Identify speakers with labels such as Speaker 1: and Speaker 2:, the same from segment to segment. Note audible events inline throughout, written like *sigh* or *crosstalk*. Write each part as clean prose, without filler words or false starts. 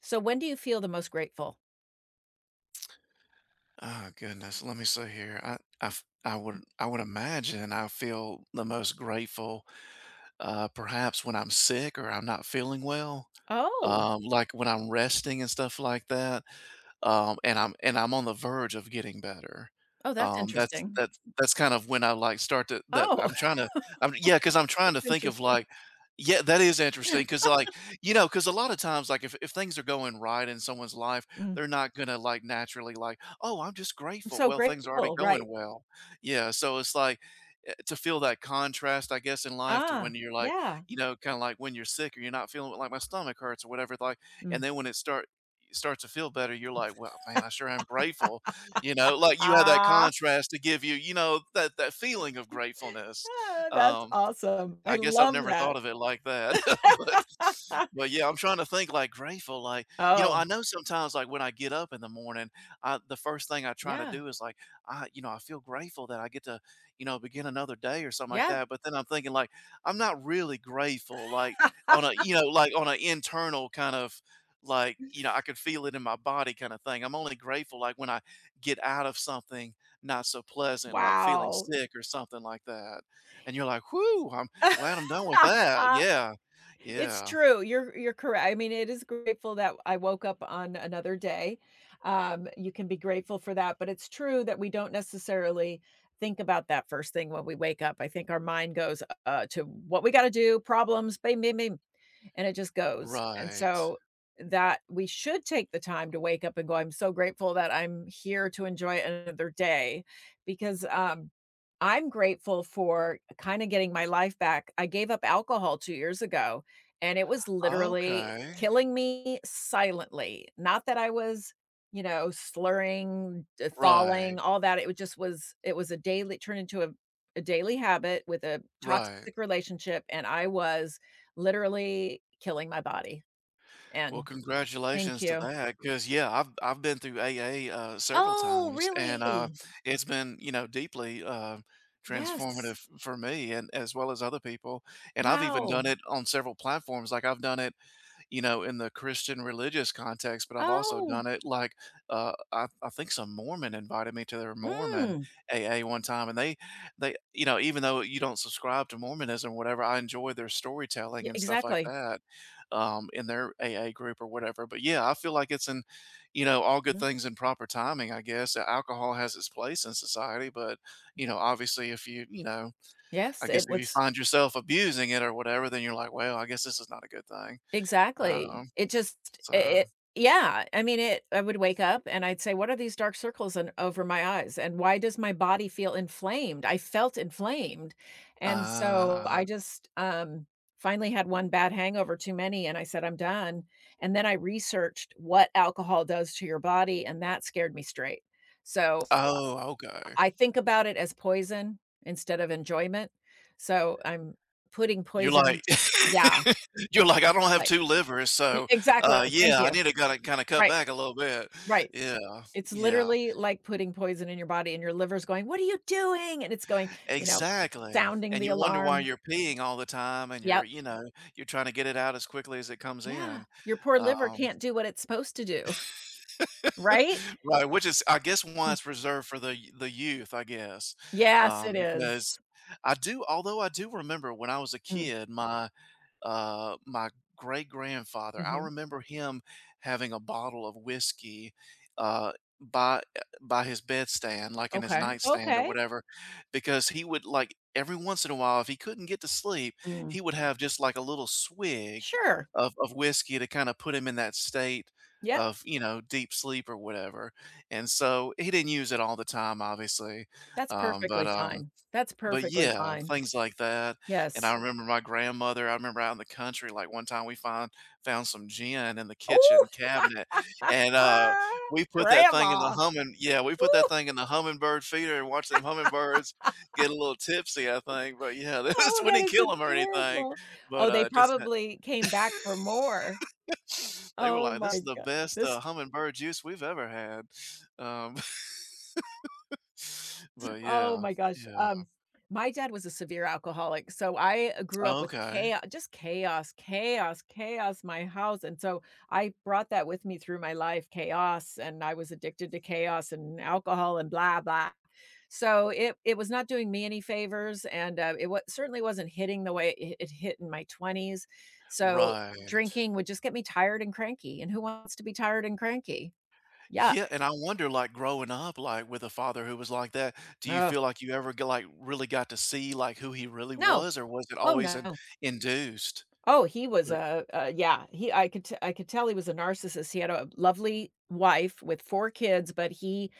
Speaker 1: So when do you feel the most grateful?
Speaker 2: Oh goodness, let me see here. I would imagine I feel the most grateful, perhaps when I'm sick or I'm not feeling well,
Speaker 1: Oh,
Speaker 2: like when I'm resting and stuff like that, and I'm on the verge of getting better.
Speaker 1: oh, that's
Speaker 2: That's
Speaker 1: interesting.
Speaker 2: that's that's kind of when I like start to that
Speaker 1: Oh,
Speaker 2: I'm trying to. I'm, yeah, because I'm trying to
Speaker 1: *laughs*
Speaker 2: think of,
Speaker 1: interesting.
Speaker 2: like, yeah, that is interesting
Speaker 1: *laughs*
Speaker 2: because, like, because a lot of times like if things are going right in someone's life,
Speaker 1: Mm,
Speaker 2: they're not gonna like naturally like, oh, I'm just
Speaker 1: I'm
Speaker 2: grateful.
Speaker 1: so
Speaker 2: Well, things are already
Speaker 1: grateful,
Speaker 2: going
Speaker 1: right.
Speaker 2: well. Yeah, so it's like, to feel that contrast, I guess, in life to when
Speaker 1: Ah,
Speaker 2: you're like,
Speaker 1: yeah.
Speaker 2: you know, kind of like when you're sick or you're not feeling like my stomach hurts or whatever. Like, and
Speaker 1: Mm.
Speaker 2: then when it starts to feel better, you're like, "Well, man, I sure am grateful." You know, like, you have that
Speaker 1: Ah,
Speaker 2: contrast to give you, you know, that feeling of gratefulness.
Speaker 1: ah, that's
Speaker 2: um
Speaker 1: awesome.
Speaker 2: I
Speaker 1: I
Speaker 2: guess I've
Speaker 1: love
Speaker 2: never thought
Speaker 1: that.
Speaker 2: of it like that, *laughs* but but
Speaker 1: *laughs*
Speaker 2: yeah, I'm trying to think, like, grateful, like, you know, I
Speaker 1: Oh,
Speaker 2: know sometimes, like, when I get up in the morning, I the first thing I try to
Speaker 1: yeah,
Speaker 2: do is, like, I, you know, I feel grateful that I get to, you know, begin another day or something like
Speaker 1: yeah.
Speaker 2: that, but then I'm thinking, like, I'm not really grateful, like, on a,
Speaker 1: *laughs*
Speaker 2: you know, like, on an internal kind of, like, you know, I could feel it in my body kinda thing. I'm only grateful, like, when I get out of something not so pleasant, like feeling
Speaker 1: Wow.
Speaker 2: sick or something like that, and you're like, whoo, I'm glad I'm done with that.
Speaker 1: *laughs*
Speaker 2: Yeah.
Speaker 1: It's
Speaker 2: Yeah.
Speaker 1: true, you're correct, I mean, it is grateful that I woke up on another day, you can be grateful for that, but it's true that we don't necessarily think about that first thing when we wake up. I think our mind goes, to what we gotta do, problems, bam, bam, bam, and it just goes. And
Speaker 2: Right.
Speaker 1: so that we should take the time to wake up and go, I'm so grateful that I'm here to enjoy another day because I'm grateful for kind of getting my life back. I gave up alcohol 2 years ago and it was literally
Speaker 2: Okay.
Speaker 1: killing me silently. Not that I was, you know, slurring,
Speaker 2: Right.
Speaker 1: falling, all that. It was a daily turned into a daily habit with a
Speaker 2: Right.
Speaker 1: toxic relationship, and I was literally killing my body,
Speaker 2: Well,
Speaker 1: and thank
Speaker 2: congratulations to
Speaker 1: you.
Speaker 2: that. Because, yeah, I've been through AA, several
Speaker 1: Oh,
Speaker 2: times, and,
Speaker 1: really?
Speaker 2: it's been, you know, deeply, transformative
Speaker 1: Yes.
Speaker 2: for me and as well as other people, and I've even done
Speaker 1: Wow.
Speaker 2: it on several platforms, like, I've done it, you know, in the Christian religious context, but I've also
Speaker 1: Oh,
Speaker 2: done it like, I think some Mormon invited me to their Mormon
Speaker 1: mm.
Speaker 2: AA one time, and they you know, even though you don't subscribe to Mormonism or whatever, I enjoy their storytelling
Speaker 1: Yeah,
Speaker 2: and stuff like
Speaker 1: exactly.
Speaker 2: that, in their AA group or whatever, but yeah, I feel like it's in, you know, all good
Speaker 1: Mhm.
Speaker 2: things in proper timing, I guess. Alcohol has its place in society, but, you know, obviously if you, you know, I
Speaker 1: Yes,
Speaker 2: guess
Speaker 1: it
Speaker 2: if you
Speaker 1: was
Speaker 2: find yourself abusing it or whatever, then you're like, "Well, I guess this is not a good thing."
Speaker 1: exactly.
Speaker 2: Um
Speaker 1: It just i
Speaker 2: so,
Speaker 1: it yeah, I mean, it I would wake up and I'd say, "What are these dark circles in over my eyes, and why does my body feel inflamed?" I felt inflamed, and so
Speaker 2: uh
Speaker 1: I just, finally had one bad hangover too many, and I said, "I'm done," and then I researched what alcohol does to your body, and that scared me straight. So,
Speaker 2: oh, okay.
Speaker 1: I think about it as poison instead of enjoyment, so I'm putting
Speaker 2: You're
Speaker 1: poison
Speaker 2: like,
Speaker 1: into yeah,
Speaker 2: *laughs* you're like, "I don't have
Speaker 1: like
Speaker 2: 2 livers,
Speaker 1: E
Speaker 2: so,
Speaker 1: exactly, thank
Speaker 2: yeah, I
Speaker 1: you.
Speaker 2: need to kinda cut
Speaker 1: Right,
Speaker 2: back a little bit."
Speaker 1: right.
Speaker 2: Yeah,
Speaker 1: It's
Speaker 2: yeah,
Speaker 1: literally like putting poison in your body and your liver's going, "What are you doing?" And it's going, you know,
Speaker 2: exactly,
Speaker 1: sounding
Speaker 2: and
Speaker 1: the
Speaker 2: you wonder why
Speaker 1: alarm.
Speaker 2: you're peeing all the time and you're,
Speaker 1: Yep.
Speaker 2: you know, you're trying to get it out as quickly as it comes
Speaker 1: Yeah.
Speaker 2: in.
Speaker 1: Your poor liver
Speaker 2: Um,
Speaker 1: can't do what it's supposed to do, *laughs* right?
Speaker 2: right, which is, I guess, why it's
Speaker 1: *laughs*
Speaker 2: reserved for the the youth, I guess,
Speaker 1: Yes, it
Speaker 2: because
Speaker 1: is.
Speaker 2: I do, although I do remember when I was a
Speaker 1: Mm,
Speaker 2: kid, my my great grandfather, I
Speaker 1: mhm.
Speaker 2: remember him having a bottle of whiskey, uh, by, by his bedstand, like in his
Speaker 1: Okay,
Speaker 2: nightstand or
Speaker 1: okay.
Speaker 2: whatever, because he would like every once in a while, if he couldn't get to sleep,
Speaker 1: Mm.
Speaker 2: he would have just like a little swig
Speaker 1: Sure.
Speaker 2: of whiskey to kind of put him in that state
Speaker 1: Yep.
Speaker 2: of, you know, deep sleep or whatever, and so he didn't use it all the time, obviously.
Speaker 1: That's
Speaker 2: But,
Speaker 1: perfectly fine. That's
Speaker 2: but
Speaker 1: perfectly
Speaker 2: yeah,
Speaker 1: fine.
Speaker 2: things like that. And I
Speaker 1: Yes.
Speaker 2: remember my grandmother, I remember out in the country, like, one time we found some gin in the
Speaker 1: Oh,
Speaker 2: kitchen cabinet,
Speaker 1: *laughs*
Speaker 2: and, we put that thing in the
Speaker 1: Grandma.
Speaker 2: humming, yeah, we put that
Speaker 1: Ooh.
Speaker 2: thing in the hummingbird feeder and watched them hummingbirds get a little tipsy, I think, but yeah, *laughs* this
Speaker 1: Oh,
Speaker 2: we
Speaker 1: that
Speaker 2: didn't
Speaker 1: is
Speaker 2: kill them or anything,
Speaker 1: adorable.
Speaker 2: but,
Speaker 1: Oh, they
Speaker 2: just that
Speaker 1: probably came back for more.
Speaker 2: *sniffs* they were
Speaker 1: Oh
Speaker 2: like, "This is
Speaker 1: my
Speaker 2: the
Speaker 1: god.
Speaker 2: best,
Speaker 1: This
Speaker 2: hummingbird juice we've ever had." Um, *laughs* but
Speaker 1: oh
Speaker 2: yeah,
Speaker 1: my gosh.
Speaker 2: yeah.
Speaker 1: My dad was a severe alcoholic, so I, grew up with
Speaker 2: Okay.
Speaker 1: chaos, just chaos, chaos, chaos, in my house, and so I brought that with me through my life, chaos, and I was addicted to chaos and alcohol and blah blah. So it was not doing me any favors, and, it wa certainly wasn't hitting the way it hit in my 20s, so
Speaker 2: Right.
Speaker 1: drinking would just get me tired and cranky, and who wants to be tired and cranky? Yuck.
Speaker 2: Yeah, and I wonder, like, growing up, like, with a father who was like that, do you
Speaker 1: Oh
Speaker 2: feel like you ever got like, really got to see, like, who he really
Speaker 1: no.
Speaker 2: was, or was it
Speaker 1: Oh,
Speaker 2: always an
Speaker 1: no.
Speaker 2: induced?
Speaker 1: Oh, he was
Speaker 2: Like,
Speaker 1: a yeah, he I could t I could tell he was a narcissist. He had a lovely wife with 4 kids, but he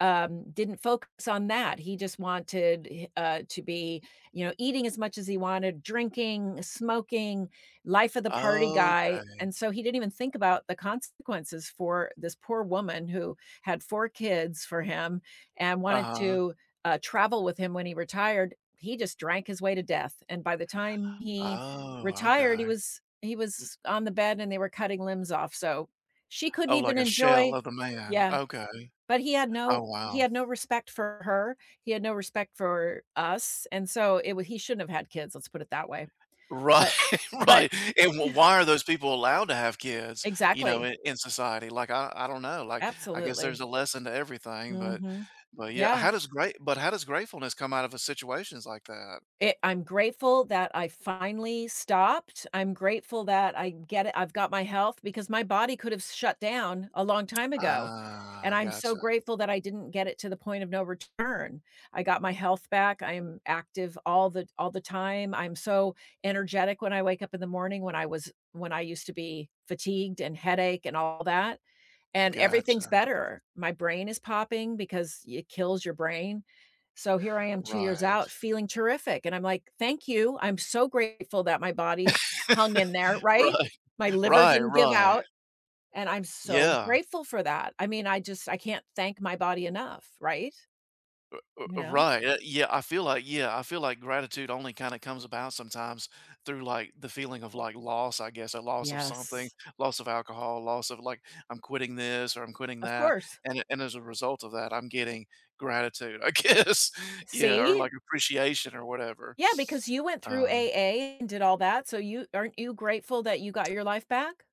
Speaker 1: didn't focus on that. He just wanted to be, you know, eating as much as he wanted, drinking, smoking, life of the party
Speaker 2: "Oh,
Speaker 1: guy.
Speaker 2: okay."
Speaker 1: And so he didn't even think about the consequences for this poor woman who had four kids for him and wanted
Speaker 2: Uh-huh.
Speaker 1: to travel with him when he retired. He just drank his way to death. And by the time he
Speaker 2: Oh,
Speaker 1: retired,
Speaker 2: okay.
Speaker 1: he was on the bed and they were cutting limbs off. So she couldn't
Speaker 2: Oh, like
Speaker 1: even
Speaker 2: a shell
Speaker 1: enjoy
Speaker 2: of the man.
Speaker 1: yeah,
Speaker 2: Okay.
Speaker 1: but he had no
Speaker 2: Oh, wow.
Speaker 1: respect for her, he had no respect for us, and so it was he shouldn't have had kids, let's put it that way.
Speaker 2: Right,
Speaker 1: But
Speaker 2: *laughs*
Speaker 1: but
Speaker 2: right. And
Speaker 1: *laughs*
Speaker 2: wh why are those people allowed to have kids, you know,
Speaker 1: exactly.
Speaker 2: in society? Like, I don't know. Like, I guess there's
Speaker 1: Absolutely.
Speaker 2: a lesson to everything, but
Speaker 1: Mhm.
Speaker 2: yeah,
Speaker 1: Yeah.
Speaker 2: how does great? But how does gratefulness come out of a situations like that?
Speaker 1: It I'm grateful that I finally stopped. I'm grateful that I get it I've got my health because my body could have shut down a long time ago, and
Speaker 2: Ah,
Speaker 1: I'm so
Speaker 2: gotcha,
Speaker 1: grateful that I didn't get it to the point of no return. I got my health back. I am active all the time. I'm so energetic when I wake up in the morning when I was when I used to be fatigued and headache and all that. And everything's
Speaker 2: gotcha.
Speaker 1: better. My brain is popping because it kills your brain. So here I am 2 years
Speaker 2: Right,
Speaker 1: out feeling terrific, and I'm like, "Thank you. I'm so grateful that my body hung in there," right?
Speaker 2: right,
Speaker 1: My
Speaker 2: *laughs*
Speaker 1: liver
Speaker 2: right,
Speaker 1: didn't give
Speaker 2: right.
Speaker 1: out, and I'm so
Speaker 2: Yeah,
Speaker 1: grateful for that. I mean, I just I can't thank my body enough, right? You
Speaker 2: r
Speaker 1: know?
Speaker 2: right, yeah, I feel like, yeah, I feel like gratitude only kinda comes about sometimes through, like, the feeling of, like, loss, I guess, a loss of something,
Speaker 1: Yes.
Speaker 2: loss of alcohol, loss of, like, I'm quitting this or I'm quitting
Speaker 1: Of
Speaker 2: that,
Speaker 1: course.
Speaker 2: and as a result of that, I'm getting gratitude, I guess. *laughs* Yeah, or,
Speaker 1: See?
Speaker 2: like, appreciation or whatever.
Speaker 1: Yeah, because you went through
Speaker 2: Uh
Speaker 1: AA and did all that, so you aren't you grateful that you got your life back?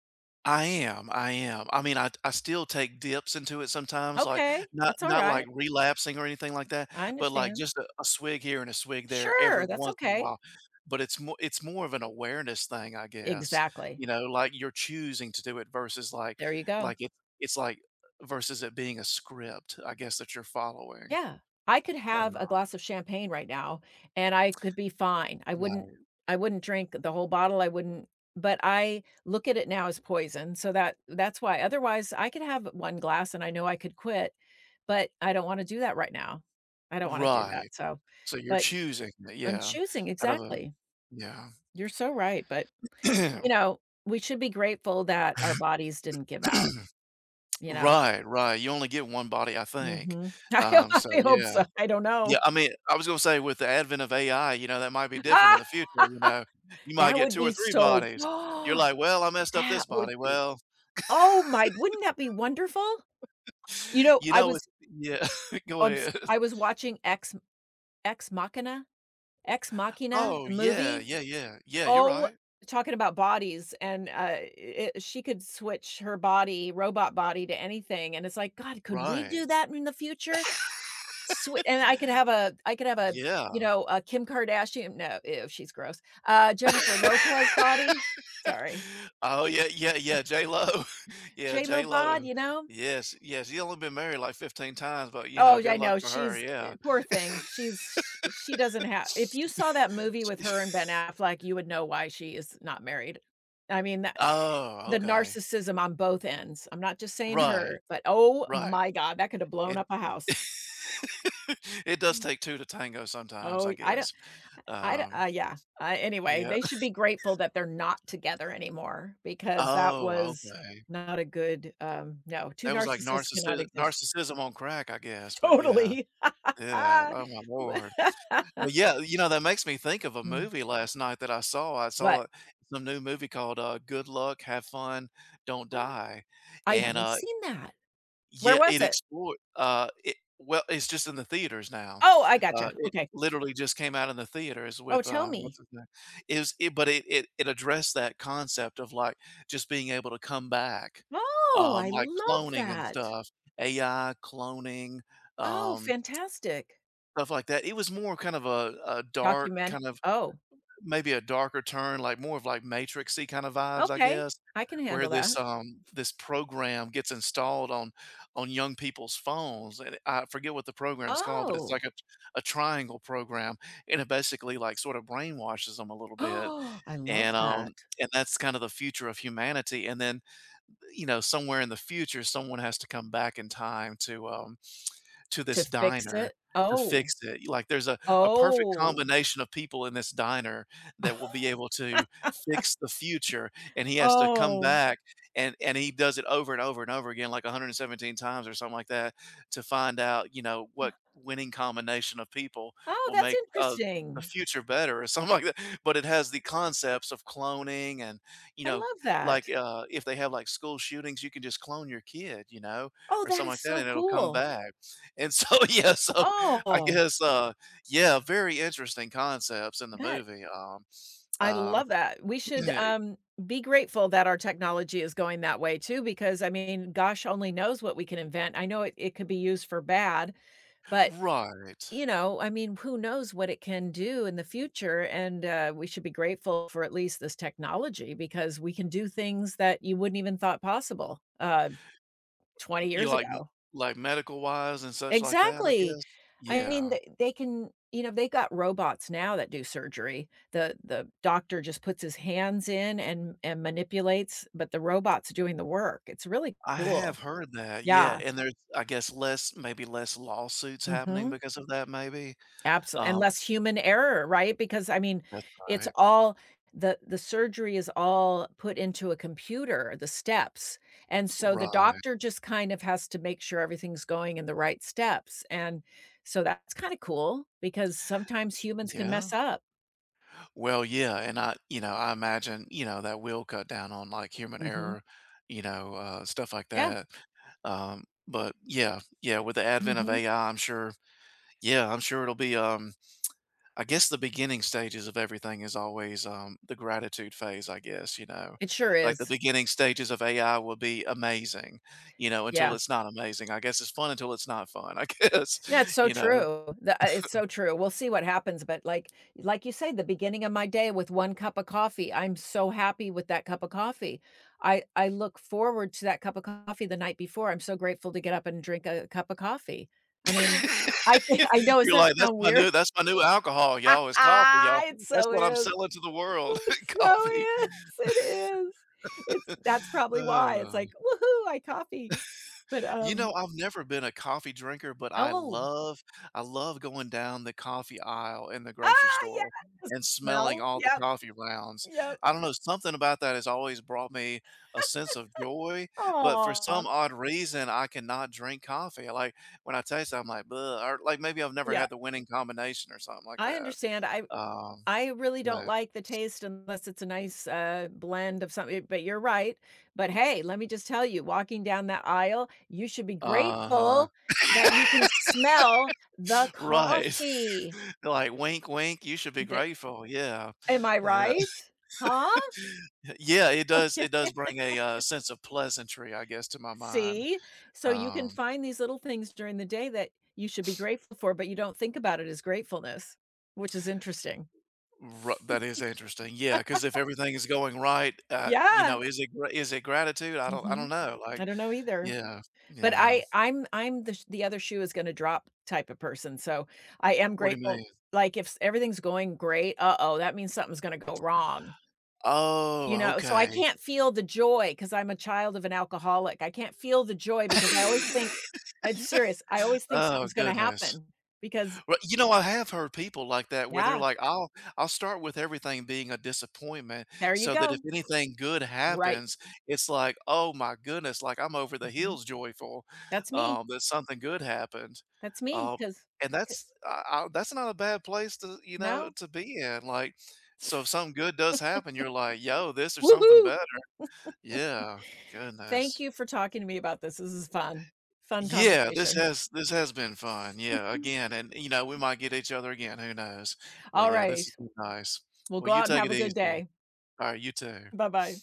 Speaker 2: I am, I am. I mean, I still take dips into it sometimes, like,
Speaker 1: Okay,
Speaker 2: not
Speaker 1: that's
Speaker 2: not, like,
Speaker 1: alright.
Speaker 2: relapsing or anything like that,
Speaker 1: I
Speaker 2: but, like,
Speaker 1: understand.
Speaker 2: just a swig here and a swig there every
Speaker 1: Sure, that's
Speaker 2: once in a
Speaker 1: okay.
Speaker 2: while. But it's more, it's more of an awareness thing, I guess,
Speaker 1: Exactly.
Speaker 2: you know, like, you're choosing to do it versus, like
Speaker 1: There you go.
Speaker 2: like, it, it's like versus it being a script, I guess, that you're following.
Speaker 1: Yeah. I could
Speaker 2: Oh,
Speaker 1: have
Speaker 2: no.
Speaker 1: a glass of champagne right now and I could be fine. I wouldn't
Speaker 2: Right.
Speaker 1: drink the whole bottle. I wouldn't but I look at it now as poison. So that's why otherwise I could have one glass and I know I could quit, but I don't want to do that right now. I don't want to do that.
Speaker 2: Right.
Speaker 1: So,
Speaker 2: So you're
Speaker 1: but
Speaker 2: choosing it,
Speaker 1: I'm
Speaker 2: yeah,
Speaker 1: choosing
Speaker 2: out of a,
Speaker 1: exactly.
Speaker 2: yeah.
Speaker 1: You're so right, but you know, we should be grateful that our bodies didn't give out,
Speaker 2: *clears throat*
Speaker 1: you know.
Speaker 2: Right, right, you only get one body, I think,
Speaker 1: Mhm. *laughs*
Speaker 2: so
Speaker 1: I hope
Speaker 2: yeah.
Speaker 1: so. I don't
Speaker 2: Yeah,
Speaker 1: know.
Speaker 2: I mean, I was gonna say with the advent of AI, you know, that might be different in
Speaker 1: Ah,
Speaker 2: the future, you
Speaker 1: *laughs*
Speaker 2: know? You might
Speaker 1: that
Speaker 2: get
Speaker 1: would
Speaker 2: 2 or
Speaker 1: be
Speaker 2: 3
Speaker 1: so
Speaker 2: bodies. You're
Speaker 1: *gasps*
Speaker 2: like, "Well, I messed up
Speaker 1: that
Speaker 2: this
Speaker 1: would
Speaker 2: body,
Speaker 1: be
Speaker 2: well,"
Speaker 1: oh my wouldn't that be wonderful? You know,
Speaker 2: you
Speaker 1: I
Speaker 2: know,
Speaker 1: was
Speaker 2: it's, yeah, *laughs* go
Speaker 1: s
Speaker 2: ahead.
Speaker 1: I was watching Ex Machina Ex Machina,
Speaker 2: Oh,
Speaker 1: the
Speaker 2: yeah,
Speaker 1: movie.
Speaker 2: yeah, yeah, yeah, you're
Speaker 1: Oh,
Speaker 2: right.
Speaker 1: talking about bodies and, it she could switch her body, robot body to anything, and it's like, "God, could we
Speaker 2: Right.
Speaker 1: do that in the future?" Sweet, and I could have a I could have a,
Speaker 2: Yeah.
Speaker 1: you know, a Kim Kardashian no, ew, she's gross. Jennifer Lopez body. Sorry.
Speaker 2: Oh, yeah, yeah, yeah, J-Lo. *laughs* Yeah,
Speaker 1: J Lo bod,
Speaker 2: J-Lo.
Speaker 1: you know?
Speaker 2: Yes, yes, she's only been married like 15 times, but, you
Speaker 1: Oh,
Speaker 2: know,
Speaker 1: yeah,
Speaker 2: good
Speaker 1: I
Speaker 2: luck
Speaker 1: know,
Speaker 2: for her, yeah.
Speaker 1: poor thing. She's she doesn't have if you saw that movie with her and Ben
Speaker 2: *laughs*
Speaker 1: Affleck, you would know why she is not married. I mean, that
Speaker 2: Oh,
Speaker 1: the
Speaker 2: okay.
Speaker 1: narcissism on both ends. I'm not just saying
Speaker 2: Right,
Speaker 1: her, but oh
Speaker 2: right.
Speaker 1: my god, that could have blown
Speaker 2: It,
Speaker 1: up a
Speaker 2: *laughs*
Speaker 1: house.
Speaker 2: it does take 2 to tango sometimes,
Speaker 1: Oh,
Speaker 2: I
Speaker 1: I don't
Speaker 2: guess.
Speaker 1: I d
Speaker 2: Um,
Speaker 1: yeah. Anyway,
Speaker 2: yeah.
Speaker 1: they should
Speaker 2: *laughs*
Speaker 1: be grateful that they're not together anymore because that
Speaker 2: Oh,
Speaker 1: was
Speaker 2: okay.
Speaker 1: not a good, no, 2
Speaker 2: That was like
Speaker 1: narcissists cannot exist. *laughs*
Speaker 2: narcissism on crack, I guess, but yeah.
Speaker 1: Totally.
Speaker 2: Yeah. Oh my lord.
Speaker 1: *laughs*
Speaker 2: But yeah, you know, that makes me think of a
Speaker 1: Mm,
Speaker 2: movie last night that I saw. I saw,
Speaker 1: but
Speaker 2: some new movie called, Good Luck, Have Fun, Don't
Speaker 1: uh,
Speaker 2: Die,
Speaker 1: I
Speaker 2: and,
Speaker 1: haven't seen that. Where
Speaker 2: yeah,
Speaker 1: was
Speaker 2: it
Speaker 1: it?
Speaker 2: explored, it, well, it's just in the theaters now.
Speaker 1: Oh, I gotcha.
Speaker 2: It
Speaker 1: Okay.
Speaker 2: literally just came out in the theaters
Speaker 1: Oh,
Speaker 2: with,
Speaker 1: tell
Speaker 2: what's
Speaker 1: me.
Speaker 2: his name? It was it, but it addressed that concept of, like, just being able to come back,
Speaker 1: Oh, I
Speaker 2: like
Speaker 1: love
Speaker 2: cloning and
Speaker 1: that.
Speaker 2: stuff, AI cloning,
Speaker 1: Oh,
Speaker 2: um,
Speaker 1: fantastic.
Speaker 2: stuff like that. It was more kind of a dark
Speaker 1: Document
Speaker 2: kind of,
Speaker 1: oh,
Speaker 2: maybe a darker turn, like more of like Matrixy kinda vibes, I
Speaker 1: okay.
Speaker 2: guess,
Speaker 1: I can
Speaker 2: where
Speaker 1: handle that.
Speaker 2: this, this program gets installed on young people's phones, and I forget what the program's called, but it's like
Speaker 1: Oh. *gasps*
Speaker 2: a triangle program, and it basically, like, sort of brainwashes them a little bit,
Speaker 1: Oh. I love
Speaker 2: and,
Speaker 1: that.
Speaker 2: that's kind of the future of humanity, and then, you know, somewhere in the future, someone has to come back in time to
Speaker 1: To
Speaker 2: this
Speaker 1: fix
Speaker 2: diner
Speaker 1: it?
Speaker 2: to
Speaker 1: Oh.
Speaker 2: fix it. Like, there's a perfect
Speaker 1: Oh.
Speaker 2: combination of people in this diner that will be
Speaker 1: *laughs*
Speaker 2: able to fix the future, and he has to come
Speaker 1: Oh.
Speaker 2: back, and he does it over and over and over again, like 117 times or something like that, to find out, you know, what winning combination of people
Speaker 1: Oh,
Speaker 2: will
Speaker 1: that's
Speaker 2: make, the
Speaker 1: interesting.
Speaker 2: future better or *laughs* something like that. But it has the concepts of cloning and, you
Speaker 1: I
Speaker 2: know,
Speaker 1: love
Speaker 2: like,
Speaker 1: that.
Speaker 2: if they have, like, school shootings, you can just clone your kid, you know,
Speaker 1: Oh,
Speaker 2: or
Speaker 1: that
Speaker 2: something
Speaker 1: is
Speaker 2: like that,
Speaker 1: so
Speaker 2: and it'll come
Speaker 1: cool.
Speaker 2: back. And so, *laughs* yeah, so I
Speaker 1: Oh,
Speaker 2: guess, yeah, very interesting concepts in the
Speaker 1: that
Speaker 2: movie,
Speaker 1: I
Speaker 2: uh
Speaker 1: love that. We should,
Speaker 2: *clears throat*
Speaker 1: be grateful that our technology is going that way too because, I mean, gosh only knows what we can invent. I know it could be used for bad, but
Speaker 2: right.
Speaker 1: you know, I mean, who knows what it can do in the future? And we should be grateful for at least this technology because we can do things that you wouldn't even thought possible 20
Speaker 2: You,
Speaker 1: years
Speaker 2: like
Speaker 1: ago.
Speaker 2: like medical-wise and such like that, I
Speaker 1: Exactly.
Speaker 2: guess?
Speaker 1: I mean,
Speaker 2: Yeah.
Speaker 1: they can, you know, they've got robots now that do surgery. The doctor just puts his hands in and manipulates, but the robot's doing the work. It's really
Speaker 2: I
Speaker 1: cool.
Speaker 2: have heard that, yeah,
Speaker 1: Yeah.
Speaker 2: and there's, I guess, less, maybe less lawsuits happening
Speaker 1: Hmm.
Speaker 2: because of that, maybe?
Speaker 1: Absolutely, and
Speaker 2: Um,
Speaker 1: less human error, right? Because, I mean,
Speaker 2: that's
Speaker 1: it's
Speaker 2: right.
Speaker 1: all the surgery is all put into a computer, the steps, and so the
Speaker 2: Right.
Speaker 1: doctor just kind of has to make sure everything's going in the right steps, and so that's kinda cool because sometimes humans can
Speaker 2: Yeah.
Speaker 1: mess up.
Speaker 2: Well, yeah, and I, you know, I imagine, you know, that will cut down on like human
Speaker 1: Mhm.
Speaker 2: error, you know, stuff like
Speaker 1: Yeah,
Speaker 2: that. But yeah, yeah, with the advent of
Speaker 1: mhm.
Speaker 2: AI, I'm sure, yeah, I'm sure it'll be, I guess the beginning stages of everything is always, the gratitude phase, I guess, you know,
Speaker 1: It sure
Speaker 2: like the
Speaker 1: is.
Speaker 2: beginning stages of AI will be amazing, you know, until
Speaker 1: Yeah.
Speaker 2: it's not amazing. I guess it's fun until it's not fun, I guess,
Speaker 1: Yeah, it's
Speaker 2: *laughs*
Speaker 1: so
Speaker 2: you know.
Speaker 1: true. The It's so true. We'll see what happens, but like you say, the beginning of my day with 1 cup of coffee, I'm so happy with that cup of coffee. I look forward to that cup of coffee the night before. I'm so grateful to get up and drink a cup of coffee. I mean, I
Speaker 2: *laughs*
Speaker 1: know, does
Speaker 2: You're
Speaker 1: that
Speaker 2: like, "That's
Speaker 1: sound
Speaker 2: my
Speaker 1: weird?
Speaker 2: new, that's my new alcohol,
Speaker 1: *laughs*
Speaker 2: y'all, is coffee, y'all.
Speaker 1: It
Speaker 2: That's
Speaker 1: so
Speaker 2: what I'm
Speaker 1: is.
Speaker 2: selling to the world,
Speaker 1: It
Speaker 2: *laughs*
Speaker 1: so
Speaker 2: coffee."
Speaker 1: is. It is. It's that's
Speaker 2: *laughs*
Speaker 1: probably why. It's
Speaker 2: Oh.
Speaker 1: like, "Woohoo, I coffee." But,
Speaker 2: You know,
Speaker 1: um
Speaker 2: I've never been a coffee drinker, but I
Speaker 1: oh.
Speaker 2: love, I love going down the coffee aisle in the grocery
Speaker 1: Ah,
Speaker 2: store
Speaker 1: yeah. The
Speaker 2: and smelling
Speaker 1: smell.
Speaker 2: all the
Speaker 1: Yeah.
Speaker 2: coffee rounds.
Speaker 1: Yep.
Speaker 2: I don't know, something about that has always brought me a sense of joy, but for
Speaker 1: Aw.
Speaker 2: some odd reason, I cannot drink coffee. Like, when I taste it, I'm like, "Bleh," or like, maybe I've never
Speaker 1: Yeah,
Speaker 2: had the winning combination or something like
Speaker 1: I
Speaker 2: that.
Speaker 1: understand.
Speaker 2: Um,
Speaker 1: I really don't
Speaker 2: but,
Speaker 1: like the taste unless it's a nice, blend of something, but you're right. But hey, let me just tell you, walking down that aisle, you should be
Speaker 2: uh-huh.
Speaker 1: grateful that you can smell the
Speaker 2: Right. *laughs*
Speaker 1: coffee.
Speaker 2: Like, "Wink, wink, you should be
Speaker 1: The
Speaker 2: grateful." Yeah.
Speaker 1: am I
Speaker 2: Yeah. *laughs*
Speaker 1: right? Huh?
Speaker 2: Yeah, it does, it does
Speaker 1: *laughs*
Speaker 2: bring a, sense of pleasantry, I guess, to my mind.
Speaker 1: See? So you can
Speaker 2: Um,
Speaker 1: find these little things during the day that you should be grateful for, but you don't think about it as gratefulness, which is interesting.
Speaker 2: r that
Speaker 1: *laughs*
Speaker 2: is interesting. Yeah, because if everything is going right, you
Speaker 1: Yeah.
Speaker 2: know, is it gr is it gratitude? I don't
Speaker 1: Mhm.
Speaker 2: know,
Speaker 1: I
Speaker 2: like,
Speaker 1: don't know either,
Speaker 2: yeah.
Speaker 1: but
Speaker 2: Yeah.
Speaker 1: I'm the other shoe is gonna drop type of person, so I am
Speaker 2: What do you mean?
Speaker 1: grateful, like, if s everything's going great, uh-oh, that means something's gonna go wrong, you
Speaker 2: Oh,
Speaker 1: know, so I
Speaker 2: okay.
Speaker 1: can't feel the joy because 'cause I'm a child of an alcoholic, I can't feel the joy because I always think
Speaker 2: *laughs*
Speaker 1: I'm serious, I always think
Speaker 2: Oh,
Speaker 1: something's gonna
Speaker 2: goodness.
Speaker 1: happen because
Speaker 2: Well, you know, I have heard people like that where they're
Speaker 1: yeah,
Speaker 2: like, I'll start with everything being a disappointment
Speaker 1: there you
Speaker 2: so that if
Speaker 1: go.
Speaker 2: anything good
Speaker 1: Right,
Speaker 2: happens, it's like, oh my goodness, like, I'm over the
Speaker 1: mhm,
Speaker 2: hills joyful,
Speaker 1: that's me,
Speaker 2: that something good happened."
Speaker 1: that's me.
Speaker 2: Um,
Speaker 1: Because
Speaker 2: and that's I that's not a bad place to, you know,
Speaker 1: no,
Speaker 2: to be in, like, so if something good does happen, you're like, "Yo, this or something
Speaker 1: woohoo!
Speaker 2: better." Yeah,
Speaker 1: Thank
Speaker 2: goodness.
Speaker 1: you for talking to me about this, this is fun, fun
Speaker 2: Yeah, this
Speaker 1: conversation.
Speaker 2: has this has been fun. Yeah, again, and you know, we might get each other again, who knows? But
Speaker 1: All
Speaker 2: yeah, this
Speaker 1: right.
Speaker 2: has been nice.
Speaker 1: Well,
Speaker 2: Well,
Speaker 1: go
Speaker 2: you
Speaker 1: out and
Speaker 2: take
Speaker 1: have
Speaker 2: it
Speaker 1: a good
Speaker 2: easy.
Speaker 1: day.
Speaker 2: All right, you too.
Speaker 1: Bye-bye.